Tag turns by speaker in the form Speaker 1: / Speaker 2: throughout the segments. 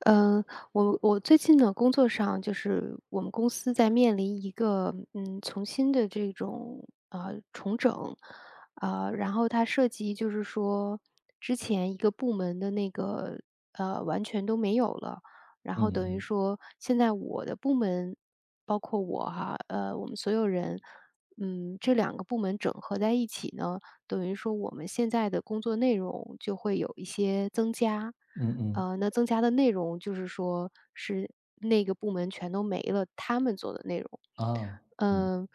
Speaker 1: 嗯，我最近呢，工作上就是我们公司在面临一个重新的这种重整，然后它涉及就是说之前一个部门的那个完全都没有了，然
Speaker 2: 嗯
Speaker 1: 后等于
Speaker 2: 嗯，
Speaker 1: 说现在我的部门包括我哈，我们所有人，这两个部门整合在一起呢，等于说我们现在的工作内容就会有一些增加。
Speaker 2: 嗯嗯，
Speaker 1: 那增加的内容就是说是那个部门全都没了，他们做的内容，
Speaker 2: 啊，嗯，
Speaker 1: 嗯，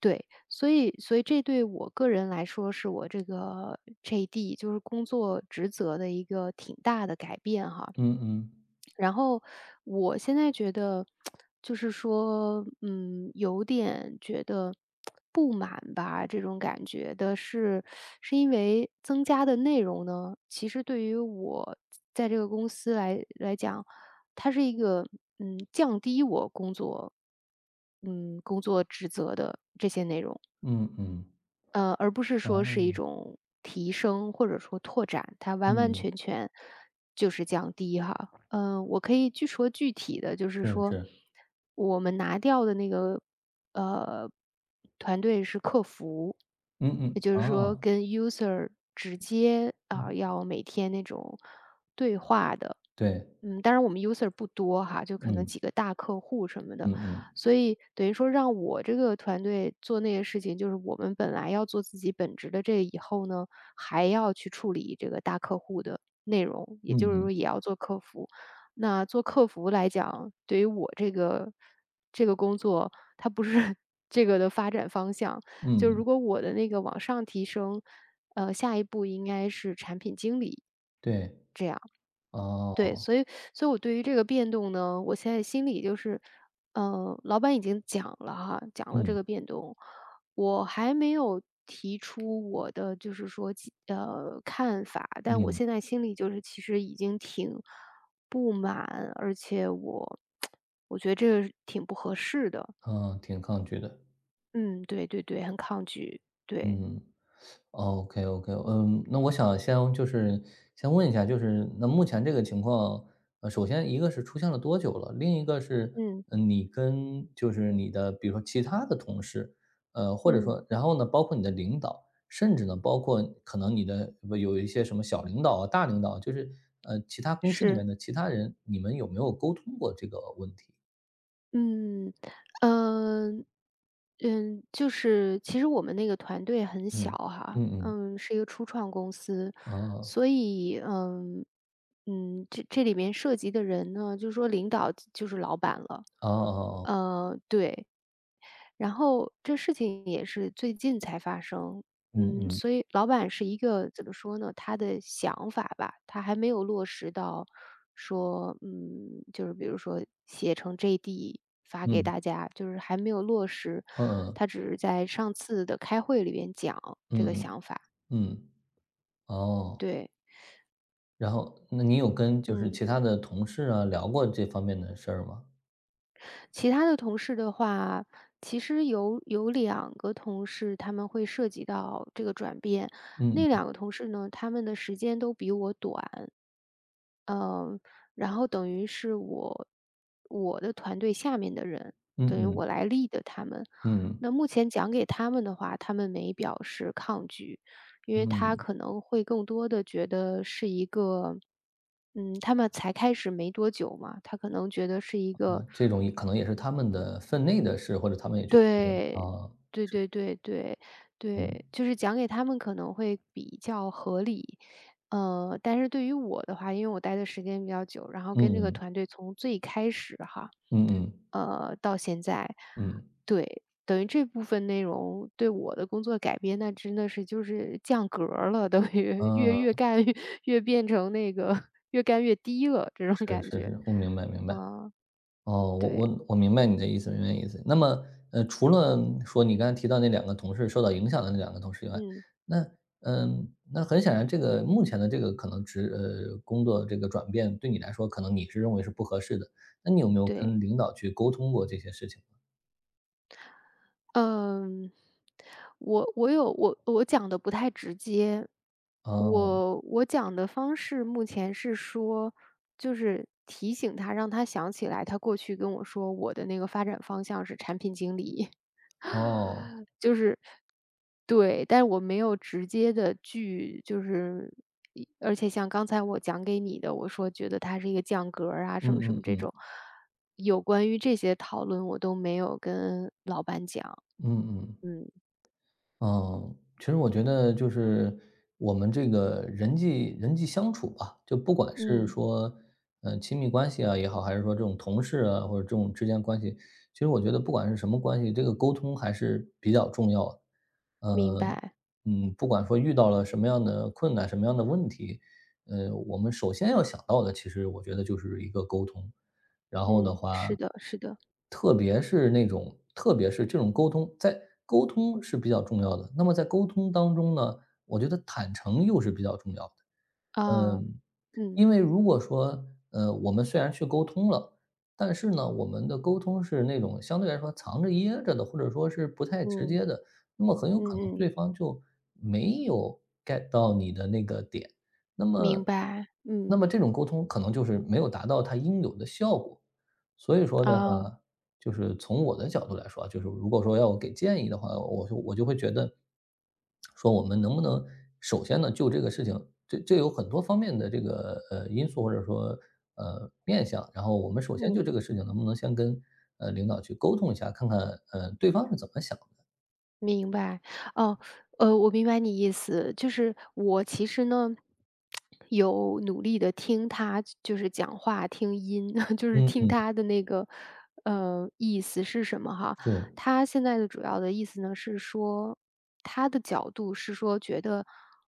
Speaker 1: 对。所以这对我个人来说是我这个 JD 就是工作职责的一个挺大的改变哈。
Speaker 2: 嗯嗯，
Speaker 1: 然后我现在觉得，就是说，有点觉得不满吧。这种感觉的是，是因为增加的内容呢，其实对于我在这个公司来讲，它是一个降低我工作，工作职责的这些内容。
Speaker 2: 嗯嗯，
Speaker 1: 而不是
Speaker 2: 哇
Speaker 1: 说是一
Speaker 2: 嗯
Speaker 1: 种提升或者说拓展，它完完
Speaker 2: 嗯，
Speaker 1: 全全就是降低哈。嗯，我可以具体的，就是
Speaker 2: 是
Speaker 1: 说
Speaker 2: 是，
Speaker 1: 我们拿掉的那个呃团队是客服，
Speaker 2: 嗯嗯，
Speaker 1: 也就
Speaker 2: 啊，
Speaker 1: 是说跟 user 直接啊、
Speaker 2: 嗯，
Speaker 1: 要每天那种对话的。
Speaker 2: 对，
Speaker 1: 当然我们 user 不多哈，就可能
Speaker 2: 嗯，
Speaker 1: 几个大客户什么
Speaker 2: 嗯
Speaker 1: 的，
Speaker 2: 嗯，
Speaker 1: 所以等于说让我这个团队做那些事情，就是我们本来要做自己本职的这以后呢，还要去处理这个大客户的内容，
Speaker 2: 嗯
Speaker 1: 也就是
Speaker 2: 嗯，
Speaker 1: 说也要做客服。那做客服来讲，对于我这个工作，它不是 这个的发展方向。
Speaker 2: 嗯
Speaker 1: 就
Speaker 2: 嗯
Speaker 1: 如果我的那个往上提升，下一步应该是产品经理
Speaker 2: 对，
Speaker 1: 这样。对，
Speaker 2: 哦，
Speaker 1: 所以我对于这个变动呢，我现在心里就是，老板已经讲了哈，讲了这
Speaker 2: 嗯
Speaker 1: 个变动，我还没有提出我的就是说看法，但我
Speaker 2: 嗯，
Speaker 1: 现在心里就是其实已经挺不满，而且我 我觉得这个是挺不合适的。
Speaker 2: 啊，挺抗拒的，
Speaker 1: 嗯，对对对，很抗拒，对，
Speaker 2: 嗯。OK OK，那我想先就是先问一下，就是那目前这个情况，首先一个是出现了多久了？另一个是，
Speaker 1: 嗯
Speaker 2: 你跟就是你的，比如说其他的同事，或者
Speaker 1: 嗯，
Speaker 2: 说，然后呢，包括你的领导，甚至呢，包括可能你的不有一些什么小领导啊、大领导，就是其他公司里面
Speaker 1: 是。
Speaker 2: 的其他人，你们有没有沟通过这个问题？
Speaker 1: 嗯，呃，就是其实我们那个团队很小
Speaker 2: 嗯
Speaker 1: 哈，
Speaker 2: 嗯嗯，
Speaker 1: 是一个初创公司，
Speaker 2: 哦
Speaker 1: 所以这里面涉及的人呢，就是说领导就是老板了，
Speaker 2: 哦哦哦，
Speaker 1: 对。然后这事情也是最近才发生，
Speaker 2: 嗯嗯
Speaker 1: 所以老板是一个怎么说呢？他的想法吧，他还没有落实到说，就是比如说写成 JD 发给
Speaker 2: 嗯
Speaker 1: 大家，就是还没有落实，
Speaker 2: 嗯
Speaker 1: 他只是在上次的开会里边讲这个
Speaker 2: 嗯
Speaker 1: 想法。
Speaker 2: 嗯嗯。哦，
Speaker 1: 对，
Speaker 2: 然后那你有跟就是
Speaker 1: 嗯。
Speaker 2: 其他的同事啊聊过这方面的事儿吗？
Speaker 1: 其他的同事的话，其实有两个同事他们会涉及到这个转变。那
Speaker 2: 嗯
Speaker 1: 两个同事呢，他们的时间都比我短，嗯，然后等于是我的团队下面的人，
Speaker 2: 嗯
Speaker 1: 等于
Speaker 2: 嗯
Speaker 1: 我来立的他们。
Speaker 2: 嗯
Speaker 1: 那目前讲给他们的话，他们没表示抗拒，因为他
Speaker 2: 嗯，
Speaker 1: 可能会更多的觉得是一个他们才开始没多久嘛，他可能觉得是一
Speaker 2: 啊，
Speaker 1: 个
Speaker 2: 这种也可能也是他们的分内的事，或者他们也觉得这个
Speaker 1: 对，
Speaker 2: 啊，
Speaker 1: 对对对对对，
Speaker 2: 嗯
Speaker 1: 就是讲给他们可能会比较合理。但是对于我的话，因为我待的时间比较久，然后跟这个
Speaker 2: 嗯
Speaker 1: 团队从最开始哈，
Speaker 2: 嗯嗯
Speaker 1: 到现在，
Speaker 2: 嗯，
Speaker 1: 对，等于这部分内容对我的工作改变，那真的是就是降格儿了，等于越
Speaker 2: 啊，
Speaker 1: 干越变成那个越干越低了这种
Speaker 2: 是
Speaker 1: 感
Speaker 2: 是
Speaker 1: 觉。
Speaker 2: 是，我明白明白。
Speaker 1: 啊，
Speaker 2: 哦，我
Speaker 1: 对，
Speaker 2: 我我明白你的意思，明白你的意思。那么，除了说你刚才提到那两个同事受到影响的那两个同事以外，
Speaker 1: 嗯，
Speaker 2: 那那很显然，这个目前的这个可能工作这个转变对你来说，可能你是认为是不合适的。那你有没有
Speaker 1: 对。
Speaker 2: 跟领导去沟通过这些事情？
Speaker 1: 嗯，我我有我我讲的不太直接，
Speaker 2: 哦
Speaker 1: 我讲的方式目前是说，就是提醒他，让他想起来，他过去跟我说我的那个发展方向是产品经理，
Speaker 2: 哦，
Speaker 1: 就是对，但是我没有直接的去就是一而且像刚才我讲给你的，我说觉得他是一个降格儿啊，什
Speaker 2: 嗯
Speaker 1: 么什么
Speaker 2: 嗯
Speaker 1: 这
Speaker 2: 嗯
Speaker 1: 种，有关于这些讨论我都没有跟老板讲。
Speaker 2: 嗯嗯。
Speaker 1: 嗯，
Speaker 2: 嗯，其实我觉得就是我们这个人际相处吧，就不管是
Speaker 1: 嗯。
Speaker 2: 说，亲密关系啊也好，还是说这种同事啊，或者这种之间关系，其实我觉得不管是什么关系，这个沟通还是比较重要的。
Speaker 1: 明
Speaker 2: 呃，
Speaker 1: 白，
Speaker 2: 不管说遇到了什么样的困难、什么样的问题，我们首先要想到的，其实我觉得就是一个沟通。然后的
Speaker 1: 嗯，
Speaker 2: 话，
Speaker 1: 是的，是的，
Speaker 2: 特别是这种沟通，在沟通是比较重要的。那么在沟通当中呢，我觉得坦诚又是比较重要的。
Speaker 1: 啊，
Speaker 2: 嗯，
Speaker 1: 嗯，
Speaker 2: 因为如果说，我们虽然去沟通了，但是呢，我们的沟通是那种相对来说藏着掖着的，或者说是不太直
Speaker 1: 嗯，
Speaker 2: 接的，那么很有
Speaker 1: 嗯
Speaker 2: 可能对
Speaker 1: 嗯，
Speaker 2: 方就没有 get 到你的那个点。那
Speaker 1: 明
Speaker 2: 么
Speaker 1: 白，
Speaker 2: 那
Speaker 1: 嗯，
Speaker 2: 么这种沟通可能就是没有达到它应有的效果。所以说的
Speaker 1: 啊，
Speaker 2: 话，就是从我的角度来说啊就是如果说要我给建议的话，我就会觉得，说我们能不能首先呢，就这个事情，这有很多方面的这个，因素或者说，面相。然后我们首先就
Speaker 1: 嗯。
Speaker 2: 这个事情能不能先跟，领导去沟通一下，看看，对方是怎么想的。
Speaker 1: 明白，哦，我明白你意思，就是我其实呢，有努力的听他就是讲话，听音，就是
Speaker 2: 嗯
Speaker 1: 听
Speaker 2: 嗯，
Speaker 1: 他的那个，意思是什么哈。
Speaker 2: 是，
Speaker 1: 他现在的主要的意思呢，是说他的角度是说觉得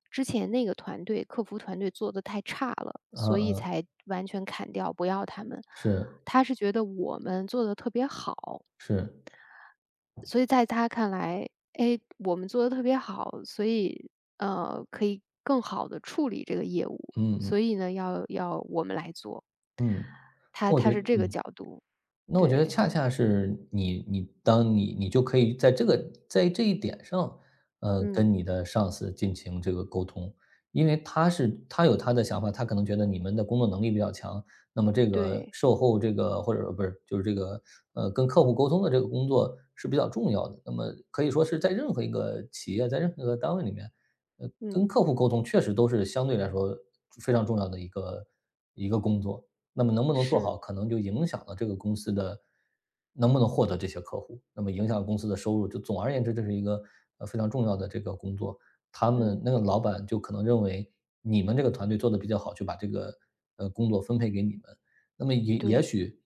Speaker 1: 之前那个团队客服团队做的太差了，
Speaker 2: 嗯
Speaker 1: 所以
Speaker 2: 嗯，
Speaker 1: 才完全砍掉，不要他们。
Speaker 2: 是，
Speaker 1: 他是觉得我们做的特别好。
Speaker 2: 是，
Speaker 1: 所以在他看来，哎，我们做的特别好，所以，可以更好的处理这个业务，
Speaker 2: 嗯嗯
Speaker 1: 所以呢，要我们来做。
Speaker 2: 嗯，那
Speaker 1: 他
Speaker 2: 我觉
Speaker 1: 他
Speaker 2: 得
Speaker 1: 是这个
Speaker 2: 嗯。
Speaker 1: 角度，
Speaker 2: 那我觉得
Speaker 1: 对，
Speaker 2: 恰恰是你当你就可以在这一点上，
Speaker 1: 嗯，
Speaker 2: 跟你的上司进行这个沟通。因为他有他的想法，他可能觉得你们的工作能力比较强，那么这个
Speaker 1: 对，
Speaker 2: 售后这个或者说不是，就是这个，跟客户沟通的这个工作是比较重要的。那么可以说是在任何一个企业，在任何一个单位里面，跟
Speaker 1: 嗯，
Speaker 2: 客户沟通确实都是相对来说非常重要的一个工作。那么能不能做
Speaker 1: 是，
Speaker 2: 好，可能就影响了这个公司的能不能获得这些客户，那么影响公司的收入。就总而言之，这是一个非常重要的这个工作。他们
Speaker 1: 嗯，
Speaker 2: 那个老板就可能认为你们这个团队做的比较好，就把这个工作分配给你们。那么也也
Speaker 1: 对，
Speaker 2: 许，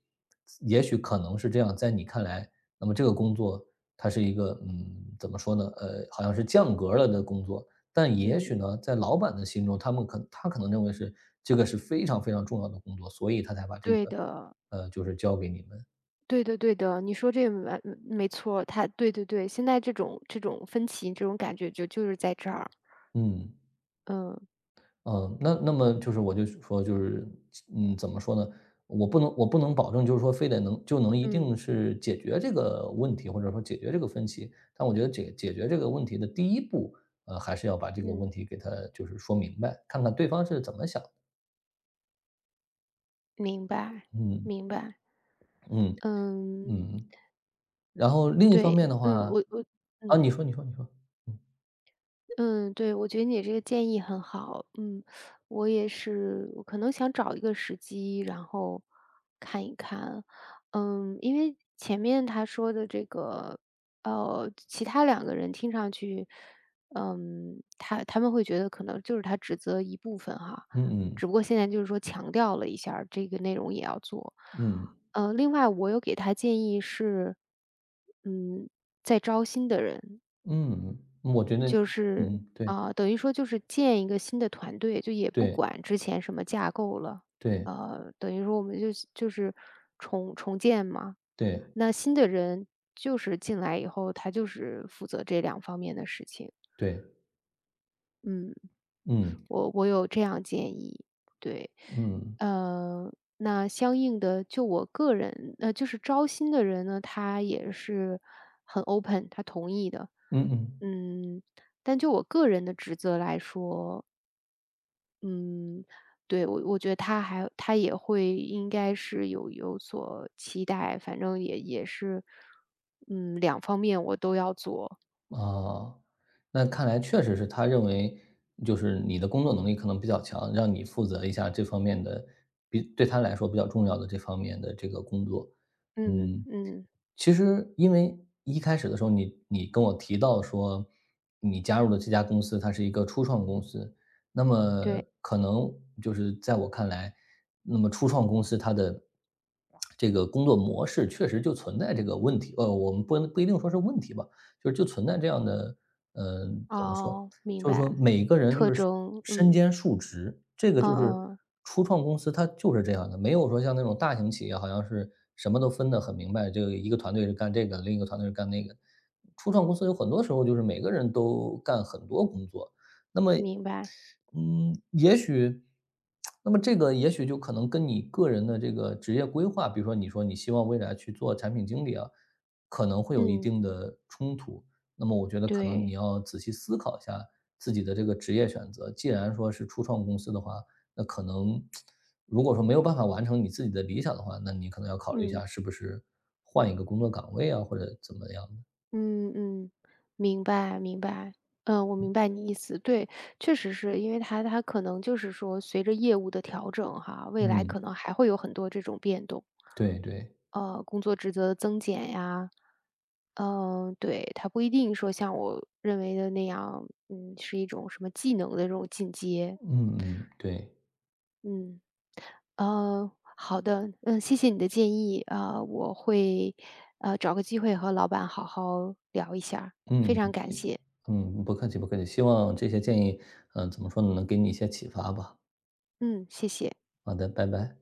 Speaker 2: 也许可能是这样，在你看来，那么这个工作它是一个怎么说呢？好像是降格了的工作，但也许
Speaker 1: 嗯，
Speaker 2: 呢，在老板的心中，他可能认为是这个是非常非常重要的工作，所以他才把这
Speaker 1: 对
Speaker 2: 个，
Speaker 1: 的，
Speaker 2: 就是交给你们。
Speaker 1: 对的对的，你说这没错他对对对，现在这种分歧，这种感觉就是在这儿。
Speaker 2: 嗯，
Speaker 1: 嗯，
Speaker 2: 那么就是我就说就是，怎么说呢？我不能保证就是说非得能就能一定
Speaker 1: 嗯，
Speaker 2: 是解决这个问题，或者说解决这个分歧。但我觉得解决这个问题的第一步，还是要把这个
Speaker 1: 嗯，
Speaker 2: 问题给他就是说明白，看看对方是怎么想的
Speaker 1: 明白，
Speaker 2: 嗯
Speaker 1: 明白，
Speaker 2: 嗯
Speaker 1: 嗯。
Speaker 2: 嗯。然后另一方面
Speaker 1: 对，
Speaker 2: 的
Speaker 1: 嗯，
Speaker 2: 话
Speaker 1: 我我
Speaker 2: 啊，
Speaker 1: 嗯
Speaker 2: 你说你说你说，嗯，
Speaker 1: 嗯，对，我觉得你这个建议很好，我也是，我可能想找一个时机，然后看一看，因为前面他说的这个，其他两个人听上去，他们会觉得可能就是他指责一部分哈，
Speaker 2: 嗯
Speaker 1: 只不过现在就是说强调了一下儿这个内容也要做。
Speaker 2: 嗯
Speaker 1: 另外我有给他建议是，嗯，在招新的人，
Speaker 2: 嗯嗯，我觉得
Speaker 1: 就是，
Speaker 2: 嗯，对
Speaker 1: 等于说就是建一个新的团队，就也不
Speaker 2: 对
Speaker 1: 管之前什么架构了，
Speaker 2: 对
Speaker 1: 等于说我们就是重建嘛。
Speaker 2: 对
Speaker 1: 那新的人就是进来以后，他就是负责这两方面的事情，
Speaker 2: 对，
Speaker 1: 嗯。
Speaker 2: 嗯
Speaker 1: 我有这样建议，对。
Speaker 2: 嗯，
Speaker 1: 呃，那相应的就我个人就是招新的人呢，他也是很 open，他同意的。
Speaker 2: 嗯嗯。
Speaker 1: 嗯，但就我个人的职责来说，嗯，对，我觉得他也会应该是有所期待，反正也是，两方面我都要做。
Speaker 2: 啊，那看来确实是他认为，就是你的工作能力可能比较强，让你负责一下这方面的，比对他来说比较重要的这方面的这个工作。
Speaker 1: 嗯
Speaker 2: 嗯，
Speaker 1: 嗯，
Speaker 2: 其实因为一开始的时候你跟我提到说，你加入的这家公司它是一个初创公司，那么
Speaker 1: 对，
Speaker 2: 可能就是在我看来，那么初创公司它的这个工作模式确实就存在这个问题。我们不一定说是问题吧。就存在这样的，怎么说，
Speaker 1: 哦，明
Speaker 2: 就是说
Speaker 1: 白，
Speaker 2: 每个人就
Speaker 1: 特
Speaker 2: 是
Speaker 1: 征，
Speaker 2: 身
Speaker 1: 嗯。
Speaker 2: 兼数职，这个就是
Speaker 1: 嗯嗯，
Speaker 2: 初创公司它就是这样的，没有说像那种大型企业好像是什么都分得很明白，就一个团队是干这个，另一个团队是干那个。初创公司有很多时候就是每个人都干很多工作，那么
Speaker 1: 明白，
Speaker 2: 也许，那么这个也许就可能跟你个人的这个职业规划，比如说你说你希望未来去做产品经理啊，可能会有一
Speaker 1: 嗯，
Speaker 2: 定的冲突。那么我觉得可能你
Speaker 1: 对，
Speaker 2: 要仔细思考一下自己的这个职业选择。既然说是初创公司的话，那可能如果说没有办法完成你自己的理想的话，那你可能要考虑一
Speaker 1: 嗯
Speaker 2: 下是不是换一个工作岗位啊，或者怎么样的。
Speaker 1: 嗯嗯，明白明白，嗯，我明白你意思。对，确实是因为它可能就是说随着业务的调整哈，未来
Speaker 2: 嗯，
Speaker 1: 可能还会有很多这种变动。
Speaker 2: 对对，
Speaker 1: 工作职责的增减呀，对，它不一定说像我认为的那样，是一种什么技能的这种进阶。
Speaker 2: 嗯嗯，对。
Speaker 1: 嗯，呃，好的，谢谢你的建议，我会找个机会和老板好好聊一下儿。
Speaker 2: 嗯，
Speaker 1: 非常感谢，
Speaker 2: 不客气不客气，希望这些建议，怎么说呢，能给你一些启发吧。
Speaker 1: 嗯，谢谢。
Speaker 2: 好的，拜拜。